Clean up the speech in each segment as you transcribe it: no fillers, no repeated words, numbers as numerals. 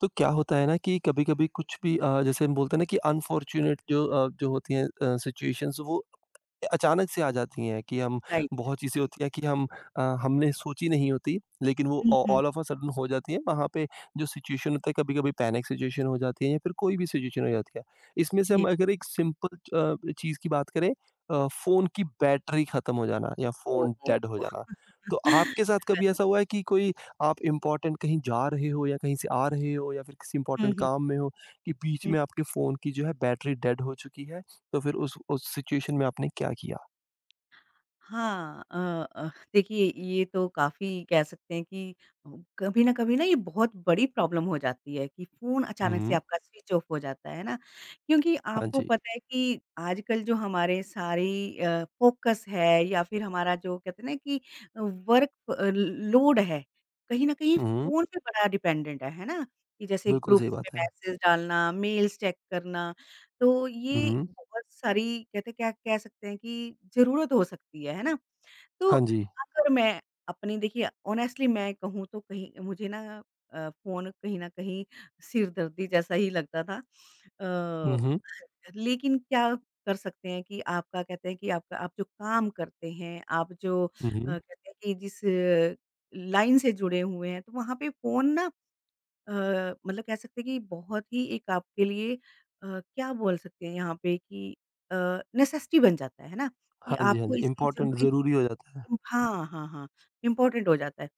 तो क्या होता है ना कि कभी-कभी कुछ भी जैसे हम बोलते हैं ना कि अनफॉर्च्यूनेट जो होती हैं सिचुएशंस वो अचानक से आ जाती हैं कि हम राइट। बहुत चीज़ें होती हैं कि हम हमने सोची नहीं होती, लेकिन वो हुँ, ऑ हुँ। ऑल ऑफ अ सडन हो जाती हैं। वहाँ पे जो सिचुएशन होता है कभी-कभी पैनिक सिचुएशन हो जाती है या फिर कोई भी सिचुएशन हो जाती है। इसमें से जी। हम अगर एक सिंपल चीज़ की बात करें फ़ोन की बैटरी ख़त्म हो जाना या हो, फ़ोन हो। डेड हो जाना। तो आपके साथ कभी ऐसा हुआ है कि कोई आप इम्पोर्टेंट कहीं जा रहे हो या कहीं से आ रहे हो या फिर किसी हुँ, इम्पोर्टेंट हुँ, काम में हो कि बीच हुँ। में आपके फ़ोन की जो है बैटरी डेड हो चुकी है? तो फिर उस सिचुएशन में आपने क्या किया? हाँ, अ, देखिए ये तो काफ़ी कह सकते हैं कि कभी न कभी ना ये बहुत बड़ी प्रॉब्लम हो जाती है कि फ़ोन अचानक से हुँ। आपका स्विच ऑफ हो जाता है ना, क्योंकि हाँ आपको जी। पता है कि आजकल जो हमारे सारी फ़ोकस है या फिर हमारा जो कहते हैं ना कि वर्क लोड है, कहीं न कहीं हुँ, फ़ोन पे बड़ा डिपेंडेंट है ना? कि जैसे बिल्कुल सही ग्रुप्स में बात है। मैसेज डालना, मेल्स चेक करना तो ये हुँ, बहुत सारी कहते क्या कह सकते हैं कि ज़रूरत हो सकती है ना? तो हाँ जी। अगर मैं अपनी देखिए ऑनेस्टली मैं कहूँ तो कहीं मुझे ना फ़ोन कहीं न कहीं सिरदर्दी जैसा ही लगता था। अ, हुँ। लेकिन क्या कर सकते हैं कि आपका कहते हैं कि आपका आप जो काम करते हैं, आप जो हुँ, हुँ। कहते हैं कि जिस लाइन से जुड़े हुए हैं, तो वहाँ पे फ़ोन ना अ, मतलब कह सकते हैं कि बहुत ही एक आपके लिए अ, क्या बोल सकते हैं यहाँ पे कि अ, नेसेसिटी बन जाता है ना? कि हाँ जी, हाँ आपको जी, इसकी इम्पोर्टेंट ज़रूरत। ज़रूरी हो जाता है। हाँ, हाँ, हाँ, इम्पोर्टेंट हो जाता है।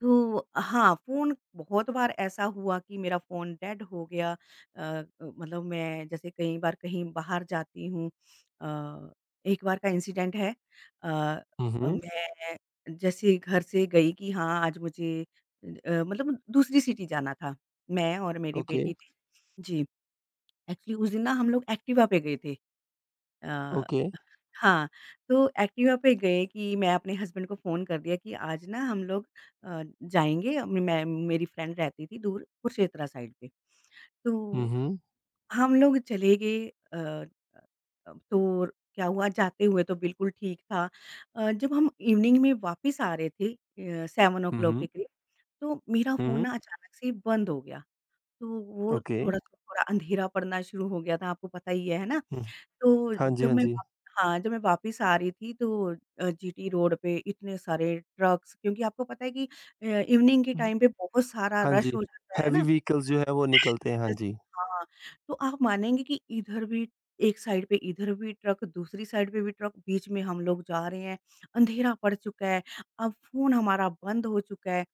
तो हाँ, फ़ोन बहुत बार ऐसा हुआ कि मेरा फ़ोन डेड हो गया मतलब मैं जैसे कई बार कहीं बाहर जाती हूँ अ, एक बार का इंसिडेंट है अ हुँ, मैं जैसे घर से गई कि हाँ, आज मुझे मतलब दूसरी सिटी जाना था, मैं और मेरी ओके, बेटी थी। जी, एक्चुअली उस दिन ना हम लोग एक्टिवा पे गए थे अ ओके। हाँ, तो एक्टिवा पे गए कि मैं अपने हस्बैंड को फ़ोन कर दिया कि आज ना हम लोग जाएँगे मैं मेरी फ्रेंड रहती थी दूर कुरुक्षेत्र साइड पे। तो हुँ। हम लोग चले गए अ अ तो क्या हुआ जाते हुए तो बिल्कुल ठीक था। जब हम इवनिंग में वापस आ रहे थे 7 ओ हुँ, क्लॉक हुँ। के करीब तो मेरा फ़ोन हुँ, ना अचानक से बंद हो गया। तो वो ओके। थोड़ा-सा थोड़ा अंधेरा पड़ना शुरू हो गया था, आपको पता ही है ना? हुँ, तो हाँ जी, जब हाँ मैं जी। वाप हाँ, जब मैं वापस आ रही थी तो जीटी रोड पे इतने सारे ट्रक्स क्योंकि आपको पता है कि इवनिंग के हुँ, टाइम पे बहुत सारा हाँ रश जी, हो जाता है हेवी ना व्हीकल्स जो है वो निकलते हैं, हाँ व्हीकल्स जी। हाँ, तो आप मानेंगे कि इधर भी एक साइड पे इधर भी ट्रक, दूसरी साइड पे भी ट्रक, बीच में हम लोग जा रहे हैं, अंधेरा पड़ चुका है, अब फ़ोन हमारा बंद हो चुका है।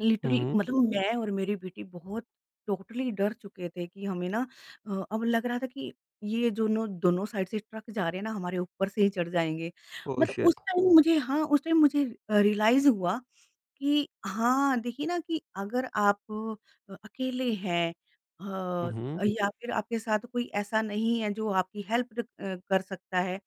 लिटरली हुँ, मतलब हुँ। मैं और मेरी बेटी बहुत टोटली डर चुके थे कि हमें ना अब लग रहा था कि ये दोनों दोनों साइड से ट्रक जा रहे हैं ना हमारे ऊपर से ही चढ़ जाएँगे। ओह मतलब उस शिट! टाइम मुझे हाँ, उस टाइम मुझे रियलाइज़ हुआ कि हाँ, देखिए ना कि अगर आप अकेले हैं हुँ, अ, हुँ, या फिर आपके साथ कोई ऐसा नहीं है जो आपकी हेल्प कर सकता है।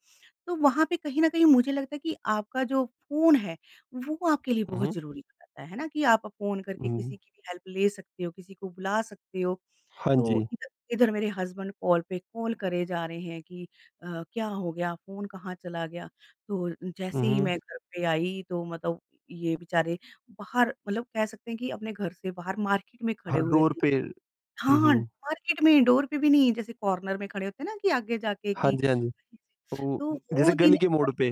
तो वहाँ पे कहीं न कहीं मुझे लगता है कि आपका जो फ़ोन है, वो आपके लिए बहुत ज़रूरी हो जाता है ना? कि आप फ़ोन करके हुँ, किसी की भी हेल्प ले सकते हो, किसी को बुला सकते हो। हाँ तो जी। इध इधर मेरे हस्बैंड कॉल पे कॉल करे जा रहे हैं कि क्या हो गया? फ़ोन कहाँ चला गया? तो जैसे ही हुँ, मैं घर पे आई तो मतलब ये बेचारे बाहर मतलब कह सकते हैं कि अपने घर से बाहर मार्केट में खड़े हाँ, हुए डोर थे। पे हाँ, हुँ, मार्केट में डोर पे भी नहीं, जैसे कॉर्नर में खड़े होते हैं ना कि आगे जाके हाँ कि जी, हाँ जी। वो तो वो जैसे दिन गली के मोड़ पे।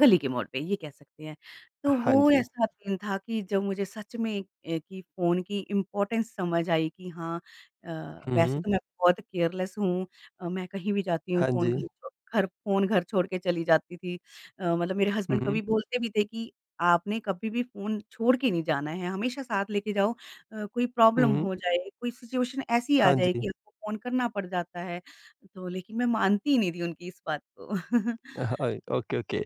गली के मोड़ पे ये कह सकते हैं। तो हाँ वो जी। ऐसा दिन था कि जब मुझे सच में कि फ़ोन की इम्पोर्टेंस समझ आई कि हाँ अ, हुँ, वैसे हुँ। तो मैं बहुत केयरलेस हूँ मैं कहीं भी जाती हूँ हाँ फ़ोन जी। घर छो घर फ़ोन घर छोड़ के चली जाती थी। मतलब मेरे हुँ, हस्बैंड हुँ। कभी बोलते भी थे कि आपने कभी भी फ़ोन छोड़ के नहीं जाना है, हमेशा साथ लेके जाओ कोई हुँ, प्रॉब्लम हुँ। हो जाए, कोई सिचुएशन ऐसी आ हाँ जाए जी। कि आपको फ़ोन करना पड़ जाता है। तो लेकिन मैं मानती ही नहीं थी उनकी इस बात को। हाय ओके, ओके।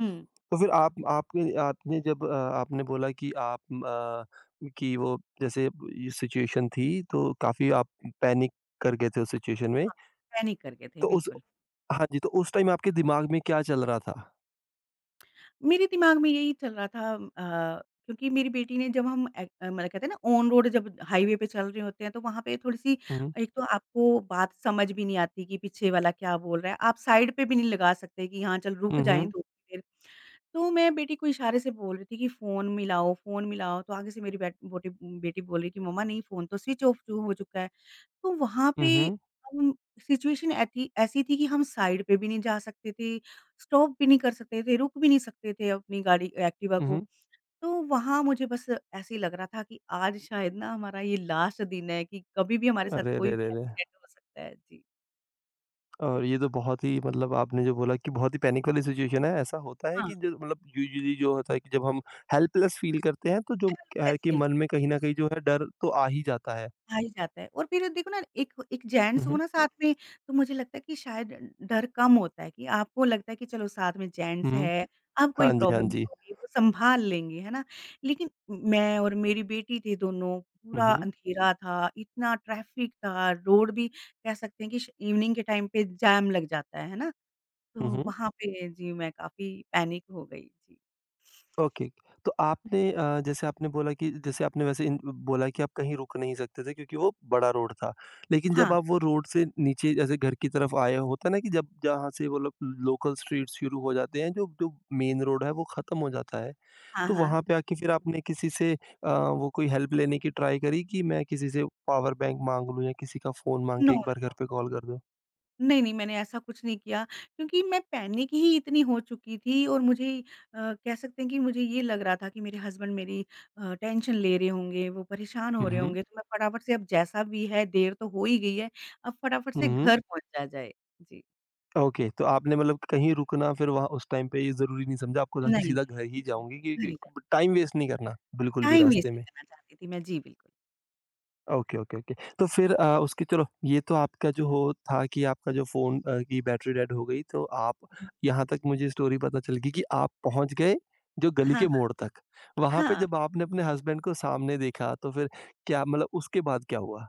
हुँ। तो फिर आप आपने आपने जब आपने बोला कि आप कि वो जैसे ये सिचुएशन थी तो काफ़ी आप पैनिक कर गए थे उस सिचुएशन में। हाँ, पैनिक कर गए थे, तो उस बिल्कुल। हाँ जी, तो उस टाइम आपके दिमाग में क्या चल रहा था? मेरे दिमाग में यही चल रहा था क्योंकि मेरी बेटी ने जब हम मतलब कहते हैं ना ऑन रोड जब हाईवे पे चल रहे होते हैं, तो वहाँ पे थोड़ी-सी हुँ, हुँ। एक तो आपको बात समझ भी नहीं आती कि पीछे वाला क्या बोल रहा है। आप साइड पे भी नहीं लगा सकते कि हाँ, चल रुक हुँ, जाएँ हुँ। थोड़ी देर। तो मैं बेटी को इशारे से बोल रही थी कि फ़ोन मिलाओ, तो आगे से मेरी बेटी बोल रही कि मम्मा नहीं फ़ोन तो स्विच ऑफ हो चुका है। तो वहाँ हुँ, पे हुँ। हम सिचुएशन ऐथी ऐसी थी कि हम साइड पे भी नहीं जा सकते थे, स्टॉप भी नहीं कर सकते थे, रुक भी नहीं सकते थे अपनी गाड़ी एक्टिवा हुँ, को। हुँ। तो वहाँ मुझे बस ऐसे ही लग रहा था कि आज शायद ना हमारा ये लास्ट दिन है कि कभी भी हमारे साथ अरे, अरे, कोई अरे, भी अरे! एक्सीडेंट हो सकता है। जी। और ये तो बहुत ही मतलब आपने जो बोला कि बहुत ही पैनिक वाली सिचुएशन है। ऐसा होता है हाँ, कि जो मतलब यूजुअली जो होता है कि जब हम हेल्पलेस फ़ील करते हैं तो जो क्या हेल्पलेस है कि फील मन में कहीं न कहीं जो है डर तो आ ही जाता है। आ ही जाता है और फिर देखो ना एक एक हुँ, जेंट्स हो हुँ। ना साथ में तो मुझे लगता है कि शायद डर कम होता है कि आपको लगता है कि चलो साथ में जेंट्स हुँ। है, अब कोई हाँ जी, हाँ प्रॉब्लम नहीं जी। होगी, वो संभाल लेंगे, है ना? लेकिन मैं और मेरी बेटी थे दोनों, हुँ, पूरा हुँ। अंधेरा था, इतना ट्रैफिक था, रोड भी कह सकते हैं कि श इवनिंग के टाइम पे जाम लग जाता है ना? हुँ, तो हुँ। वहाँ पे जी मैं काफ़ी पैनिक हो गई। जी। ओके। तो आपने जैसे आपने बोला कि जैसे आपने वैसे इन बोला कि आप कहीं रुक नहीं सकते थे क्योंकि वो बड़ा रोड था। लेकिन जब हाँ, आप वो रोड से नीचे जैसे घर की तरफ आए होता है ना कि जब जहाँ से वो लोग लोकल स्ट्रीट शुरू हो जाते हैं जो जो मेन रोड है वो ख़त्म हो जाता है। हाँ, तो हाँ। वहाँ पे आके फिर आपने किसी से वो कोई हेल्प लेने की ट्राई करी कि मैं किसी से पावर बैंक माँग लूँ या किसी का फ़ोन माँग के नो, नो। एक बार घर पे कॉल कर दो? नहीं, नहीं, मैंने ऐसा कुछ नहीं किया क्योंकि मैं पैनिक ही इतनी हो चुकी थी और मुझे कह सकते हैं कि मुझे ये लग रहा था कि मेरे हस्बैंड मेरी टेंशन ले रहे होंगे, वो परेशान हो हुँ, रहे हुँ। होंगे, तो मैं फटाफट से अब जैसा भी है देर तो हो ही गई है, अब फटाफट हुँ, से हुँ। घर पहुँचा जाए। जी। ओके, तो आपने मतलब कहीं रुकना फिर वहाँ उस टाइम पे ये ज़रूरी नहीं समझा, आपको था नहीं, कि नहीं, सीधा घर ही जाऊँगी कि घर कि ही जाना टाइम वेस्ट नहीं करना बिल्कुल भी टाइम वेस्ट रास्ते नहीं में। करना चाहती थी मैं। जी, बिल्कुल। Okay, okay, okay. तो फिर उसकी चलो ये तो आपका जो हो था कि आपका जो फ़ोन की बैटरी डेड हो गई तो आप हुँ। यहाँ तक मुझे स्टोरी पता चल गई कि आप पहुँच गए जो हाँ, गली के हाँ, मोड़ तक। वहाँ पे हाँ। जब आपने अपने हस्बैंड को सामने देखा तो फिर क्या मतलब उसके बाद क्या हुआ?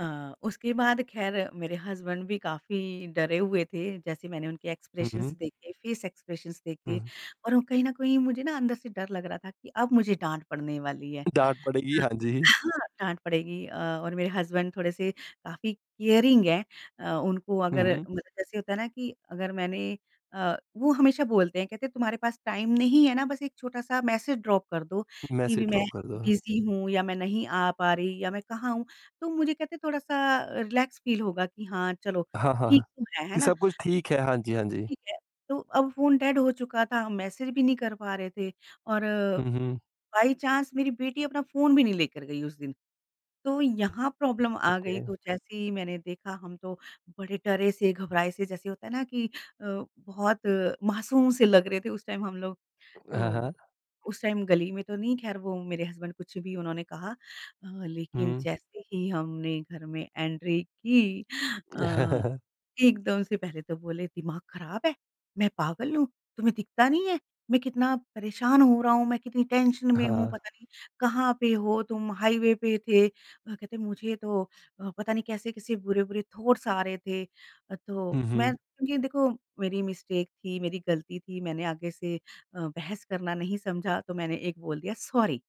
उसके बाद ख़ैर मेरे हस्बैंड भी काफ़ी डरे हुए थे, जैसे मैंने उनके हुँ, एक्सप्रेशंस हुँ। देखे, फ़ेस एक्सप्रेशंस हुँ। देखे और वो कहीं न कहीं मुझे ना अंदर से डर लग रहा था कि अब मुझे डाँट पड़ने वाली है। डाँट पड़ेगी, हाँ, हाँ जी। हाँ, डाँट पड़ेगी और मेरे हस्बैंड थोड़े-से काफ़ी केयरिंग हैं उनको हुँ, अगर हुँ। मतलब जैसे होता है ना कि अगर मैंने वो हमेशा बोलते हैं कहते हैं तुम्हारे पास टाइम नहीं है ना बस एक छोटा-सा मैसेज ड्रॉप कर दो कि भी मैसेज मैं ड्रॉप कर दो। बिज़ी हूँ या मैं नहीं आ पा रही या मैं कहाँ हूँ, तो मुझे कहते हैं थोड़ा-सा रिलैक्स फ़ील होगा कि हाँ, चलो हाँ, ठीक हाँ। तो है कि ना? सब कुछ ठीक है। हाँ जी, हाँ जी। ठीक है, तो अब फ़ोन डेड हो चुका था, हम मैसेज भी नहीं कर पा रहे थे और हुँ, हुँ। बाय चांस मेरी बेटी अपना फ़ोन भी नहीं लेकर गई उस दिन। तो यहाँ प्रॉब्लम आ गई ओके। तो जैसे ही मैंने देखा हम तो बड़े डरे से घबराए से जैसे होता है ना कि अ, बहुत मासूम से लग रहे थे उस टाइम हम लोग। हाँ, तो हाँ। उस टाइम गली में तो नहीं ख़ैर वो मेरे हस्बैंड कुछ भी उन्होंने कहा लेकिन हुँ। जैसे ही हमने घर में एंट्री की अ एकदम से पहले तो बोले दिमाग खराब है, मैं पागल हूँ, तुम्हें दिखता नहीं है? मैं कितना परेशान हो रहा हूँ, मैं कितनी टेंशन में हूँ, हाँ। पता नहीं कहाँ पे हो तुम, हाईवे पे थे। कहते मुझे तो पता नहीं कैसे-कैसे बुरे-बुरे थॉट्स आ रहे थे। हुँ, तो मैं हुँ। क्योंकि देखो मेरी मिस्टेक थी, मेरी गलती थी, मैंने आगे से बहस करना नहीं समझा, तो मैंने एक बोल दिया सॉरी।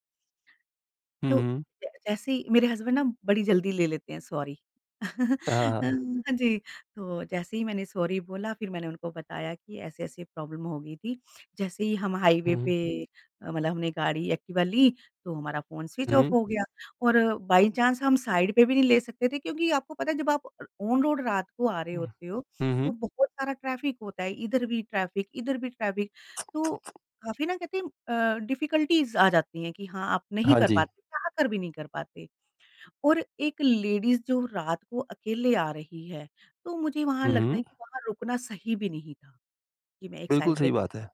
हुँ, तो हुँ। ज जैसे ही मेरे हस्बैंड ना बड़ी जल्दी ले लेते हैं सॉरी। हाँ, हाँ। हाँ जी, तो जैसे ही मैंने सॉरी बोला फिर मैंने उनको बताया कि ऐसे-ऐसे प्रॉब्लम हो गई थी। जैसे ही हम हाईवे हुँ। पे मतलब हमने गाड़ी एक्टिवा ली तो हमारा फ़ोन स्विच हुँ, ऑफ हुँ। हो गया और बाई चांस हम साइड पे भी नहीं ले सकते थे क्योंकि आपको पता है जब आप ऑन रोड रात को आ रहे होते हो हुँ, तो हुँ। बहुत सारा ट्रैफ़िक होता है, इधर भी ट्रैफ़िक तो काफ़ी ना कहते हैं डिफ़िकल्टीज़ आ जाती हैं कि हाँ, आप नहीं हाँ कर जी। पाते, चाह कर भी नहीं कर पाते। और एक लेडीज़ जो रात को अकेले आ रही है, तो मुझे वहाँ हुँ, लगता है हुँ। कि वहाँ रुकना सही भी नहीं था, कि मैं एक बिल्कुल साइड पे सही खड़ी बात है।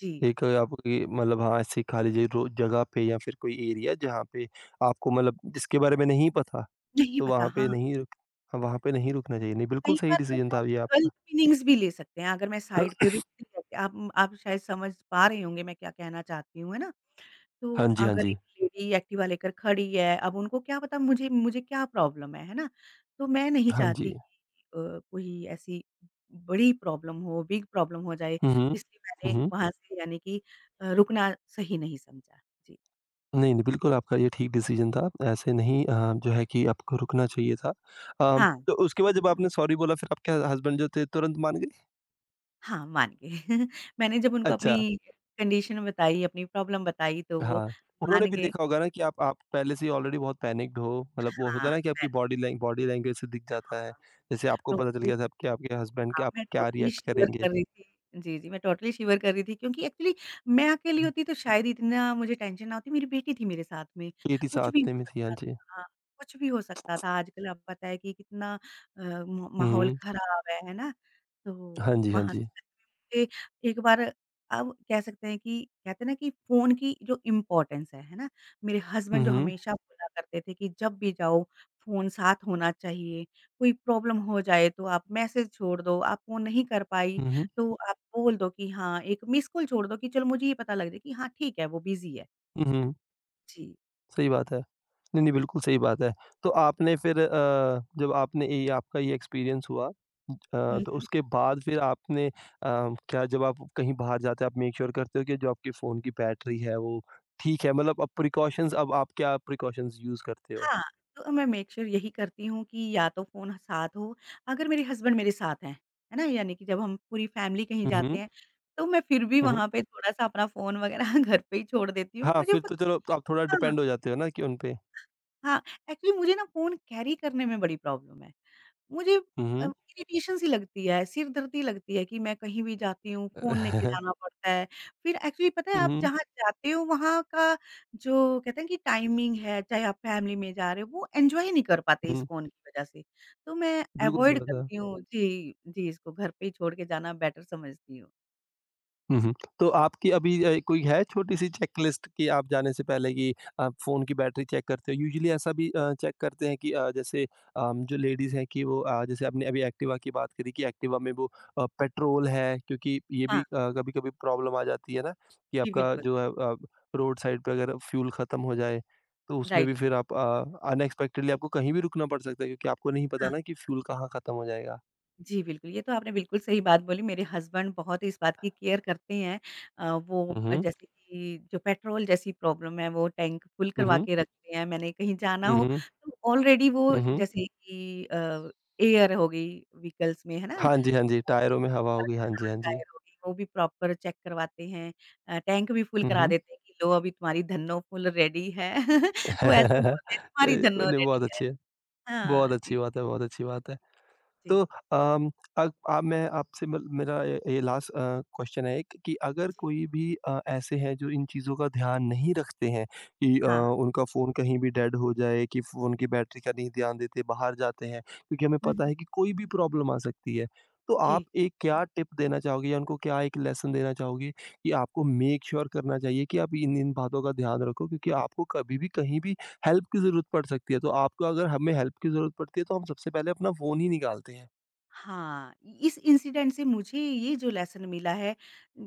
जी, एक आपकी मतलब हाँ, ऐसी खाली ज रो जगह पे या फिर कोई एरिया जहाँ पे आपको मतलब जिसके बारे में नहीं पता, नहीं तो पता वहाँ हाँ, पे नहीं रुक हाँ, वहाँ पे नहीं रुकना चाहिए। नहीं, बिल्कुल कई सही बार लोग डिसीज़न ना था ये आपका। गलत मीनिंग्स भी ले सकते हैं, अगर मैं साइड पे रुकती आप शायद समझ पा रहे होंगे मैं क्या कहना चाहती हूँ, है ना? तो हाँ जी, हाँ अगर एक जी। लेडी एक्टिवा लेकर खड़ी है, अब उनको क्या पता मुझे मुझे क्या प्रॉब्लम है ना? तो मैं नहीं हाँ चाहती जी। कि कोई ऐसी बड़ी प्रॉब्लम हो, बिग प्रॉब्लम हो जाए, हुँ, हुँ। इसलिए हुँ, मैंने हुँ। वहाँ से यानी कि रुकना सही नहीं समझा। जी। नहीं, नहीं, बिल्कुल आपका ये ठीक डिसीज़न था। ऐसे नहीं जो है कि आपको रुकना चाहिए था। हाँ, तो उसके बाद जब आपने सॉरी बोला फिर आपके हस्बैंड जो थे तुरंत मान गए? हाँ, मान गए। मैंने जब उनको अपनी अच्छा। कंडीशन बताई, अपनी प्रॉब्लम बताई, तो वो हाँ, उन्होंने मान भी गए। देखा होगा ना कि आप पहले से ही ऑलरेडी बहुत पैनिक्ड हो, मतलब वो होता हाँ, है ना कि मैंने। आपकी बॉडी लैंग्वेज से दिख जाता है। हाँ, जैसे आपको पता चल टोटली। गया था आपके आपके हस्बैंड के हाँ, आप मैं क्या टोटली रिएक्ट शिवर करेंगे। कर रही थी। जी, जी, मैं टोटली शिवर कर रही थी क्योंकि एक्चुअली मैं अकेली हुँ, होती तो शायद इतना मुझे टेंशन ना होती, मेरी बेटी थी मेरे साथ में, बेटी कुछ भी साथ हो में थी, हाँ सकता जी। था। हाँ, कुछ भी हो सकता था। आजकल आपको पता है कि कितना म हुँ, माहौल हुँ। खराब है ना? तो हाँ जी, हाँ वहाँ से जी। सच में मुझे एक बार अब कह सकते हैं कि कहते हैं ना कि फ़ोन की जो इम्पोर्टेंस है ना? मेरे हुँ, हस्बैंड जो हुँ। हमेशा बोला करते थे कि जब भी जाओ फ़ोन साथ होना चाहिए। कोई प्रॉब्लम हो जाए तो आप मैसेज छोड़ दो, आप वो नहीं कर पाई हुँ, हुँ। तो आप बोल दो कि हाँ, एक मिस्ड कॉल छोड़ दो कि चलो मुझे ये पता लग जाए कि हाँ, ठीक है वो बिज़ी है। हुँ, हुँ। जी। सही बात है। नहीं, नहीं, बिल्कुल सही बात है। तो आपने फिर जब आपने ये आपका ये एक्सपीरियंस हुआ हुँ, हुँ, तो हुँ। उसके बाद फिर आपने क्या जब आप कहीं बाहर जाते हैं आप मेक श्योर करते हो कि जो आपके फ़ोन की बैटरी है वो ठीक है मतलब अब प्रिकॉशंस अब आप क्या प्रिकॉशंस यूज़ करते हो? हाँ, तो मैं मेक श्योर यही करती हूँ कि या तो फ़ोन साथ हो, अगर मेरे हस्बैंड मेरे साथ हैं, है ना? यानी कि जब हम पूरी फैमिली कहीं हुँ, जाते हुँ, हैं, तो मैं फिर भी हुँ, हुँ। वहाँ पे थोड़ा-सा अपना फ़ोन वगैरह घर पे ही छोड़ देती हूँ। हाँ, मुझे फिर तो पता। चलो तो आप थोड़ा हाँ, डिपेंड हो जाते हो ना कि उन पे। हाँ, एक्चुअली मुझे ना फ़ोन कैरी करने में बड़ी प्रॉब्लम है। मुझे हुँ, हुँ। इरिटेशन सी लगती है, सिरदर्दी लगती है कि मैं कहीं भी जाती हूँ, फ़ोन लेके जाना पड़ता है। फिर एक्चुअली पता है हुँ, आप हुँ, जहाँ जाते हो वहाँ का जो कहते हैं कि टाइमिंग है, चाहे आप फैमिली में जा रहे हो, वो एन्जॉय नहीं कर पाते इस हुँ। फ़ोन की वज़ह से। तो मैं बिल्कुल सही अवॉइड बात है। करती हूँ जी, जी इसको घर पे ही छोड़ के जाना बेटर समझती हूँ। हुँ, हुँ। तो आपकी अभी कोई है छोटी-सी चेकलिस्ट कि आप जाने से पहले कि आप फ़ोन की बैटरी चेक करते हो? यूजुअली ऐसा भी चेक करते हैं कि जैसे जो लेडीज़ हैं कि वो जैसे आपने अभी एक्टिवा की बात करी कि एक्टिवा में वो पेट्रोल है क्योंकि ये हाँ, भी कभी-कभी प्रॉब्लम आ जाती है ना कि जी आपका बिल्कुल, जो है अ, रोड साइड पे अगर फ्यूल खत्म हो जाए, तो उसमें राइट। भी फिर आप अनएक्सपेक्टेडली आपको कहीं भी रुकना पड़ सकता है क्योंकि आपको नहीं पता हाँ। ना कि फ्यूल कहाँ खत्म हो जाएगा। जी, बिल्कुल, ये तो आपने बिल्कुल सही बात बोली। मेरे हसबैंड बहुत ही इस बात की केयर करते हैं। वो हुँ, हुँ। जैसे कि जो पेट्रोल जैसी प्रॉब्लम है, वो टैंक फुल हुँ, करवा हुँ। के रखते हैं। मैंने कहीं जाना हुँ, हो, हुँ। तो ऑलरेडी वो हुँ, हुँ। जैसे कि एयर हो गई व्हीकल्स में, है ना? हाँ जी, हाँ जी, वो भी टायरों में हवा प्रॉपर। होगी, हाँ जी, हाँ, हाँ जी। टायर हो गई, वो भी प्रॉपर चेक करवाते हैं। टैंक भी फुल हुँ, करा हुँ। देते हैं कि, "लो, अभी तुम्हारी धन्नो फुल रेडी है।" वो ऐसे ही बोलते हैं, "तुम्हारी धन्नो नहीं बहुत रेडी है।" अच्छी है, बहुत हाँ, जी, अच्छी बात है, बहुत अच्छी बात है। तो जी, अम, अग अब मैं आपसे मल मेरा ये लास्ट क्वेश्चन है एक कि अगर जी। कोई भी ऐसे हैं जो इन चीज़ों का ध्यान नहीं रखते हैं कि हाँ। उनका फ़ोन कहीं भी डेड हो जाए, कि फ़ोन की बैटरी का नहीं ध्यान देते, बाहर जाते हैं, क्योंकि हमें हुँ, हुँ। पता है कि कोई भी प्रॉब्लम आ सकती है। तो जी। आप एक क्या टिप देना चाहोगे या उनको क्या एक लेसन देना चाहोगे कि आपको मेक श्योर करना चाहिए कि आप इन-इन बातों का ध्यान रखो क्योंकि आपको कभी भी, कहीं भी हेल्प की ज़रूरत पड़ सकती है, तो आपको अगर हमें हेल्प की ज़रूरत पड़ती है तो हम सबसे पहले अपना फ़ोन ही निकालते हैं। हाँ, इस इंसिडेंट से मुझे ये जो लेसन मिला है,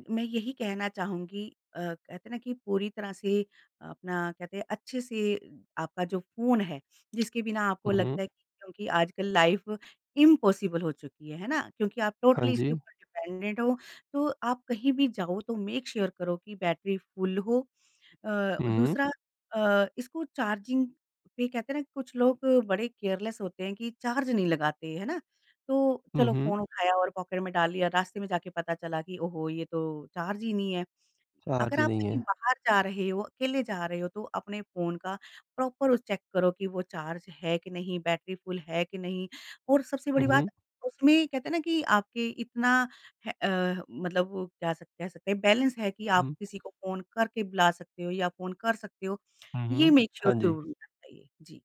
मैं यही कहना चाहूँगी। कहते हैं ना कि पूरी तरह से अपना कहते हैं अच्छे से आपका जो फ़ोन है, जिसके बिना आपको हुँ, हुँ। लगता है कि क्योंकि आजकल लाइफ़ इम्पॉसिबल हो चुकी है ना? क्योंकि आप हाँ टोटली इसके जी। ऊपर डिपेंडेंट हो, तो आप कहीं भी जाओ तो मेक श्योर करो कि बैटरी फुल हो। हुँ, हुँ। दूसरा इसको चार्जिंग पे कहते हैं ना कुछ लोग बड़े केयरलेस होते हैं कि चार्ज नहीं लगाते, है ना? तो हुँ, चलो हुँ। फ़ोन उठाया और पॉकेट में डाल लिया, रास्ते में जाके पता चला कि ओहो! ये तो चार्ज ही नहीं है। अगर चार्ज ही आप नहीं कहीं है। बाहर जा रहे हो, अकेले जा रहे हो तो अपने फ़ोन का प्रॉपर उस चेक करो कि वो चार्ज है कि नहीं, बैटरी फुल है कि नहीं और सबसे हुँ, बड़ी बात हुँ। उसमें कहते हैं ना कि आपके इतना है मतलब वो क्या सक कह सकते हैं बैलेंस है कि आप हुँ, किसी को फ़ोन करके बुला सकते हो या फ़ोन कर सकते हो, हुँ, ये हुँ। मेक श्योर हाँ जी। ज़रूर होना चाहिए। जी।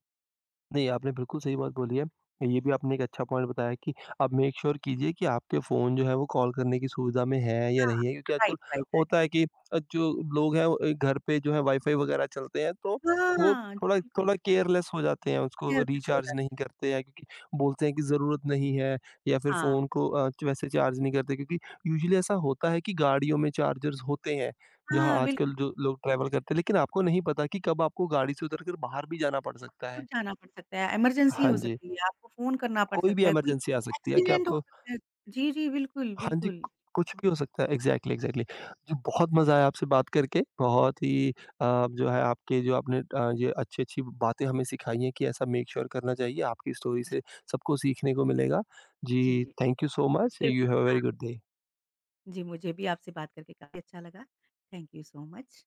नहीं, आपने बिल्कुल सही बात बोली है। ये भी आपने एक अच्छा पॉइंट बताया कि आप मेक श्योर कीजिए कि आपके फ़ोन जो है वो कॉल करने की सुविधा में है या हाँ, नहीं है क्योंकि आजकल राइट, राइट, राइट। होता है कि जो लोग हैं वो, घर पे जो है वाईफ़ाई वग़ैरह चलते हैं तो वो हाँ, जी थोड़ा बिल्कुल, थोड़ा केयरलेस हो जाते हैं, उसको केयरलेस हो रिचार्ज जाते नहीं हैं। करते हैं क्योंकि बोलते हैं कि ज़रूरत नहीं है या फिर हाँ, फ़ोन को वैसे चार्ज नहीं करते क्योंकि यूजुअली ऐसा होता है कि गाड़ियों में चार्जर्स होते हैं, जहाँ हाँ, बिल्कुल। आजकल जो लोग ट्रैवल करते हैं लेकिन आपको नहीं पता कि कब आपको गाड़ी से उतरकर बाहर भी जाना पड़ सकता बाहर है। जाना पड़ सकता है, इमरजेंसी हाँ हो जी, सकती है, आपको फ़ोन करना पड़ कोई भी सकता है, कोई इमरजेंसी आ सकती है कि एक्सीडेंट हो आपको सकता है। जी, जी, बिल्कुल, हाँ जी, बिल्कुल। कु कुछ भी हो सकता है। Exactly, exactly. जी, बहुत मज़ा आया आपसे बात करके। बहुत ही जी, जो है आपके जो आपने ये अच्छी-अच्छी बातें हमें सिखाई हैं कि ऐसा मेक श्योर करना चाहिए। आपकी स्टोरी जी, से सबको सीखने को मिलेगा। जी, जी, जी। Thank you so much. मुझे यू भी। हैव अ हाँ, वेरी गुड डे। जी मुझे भी आपसे बात करके काफ़ी अच्छा लगा। Thank you so much.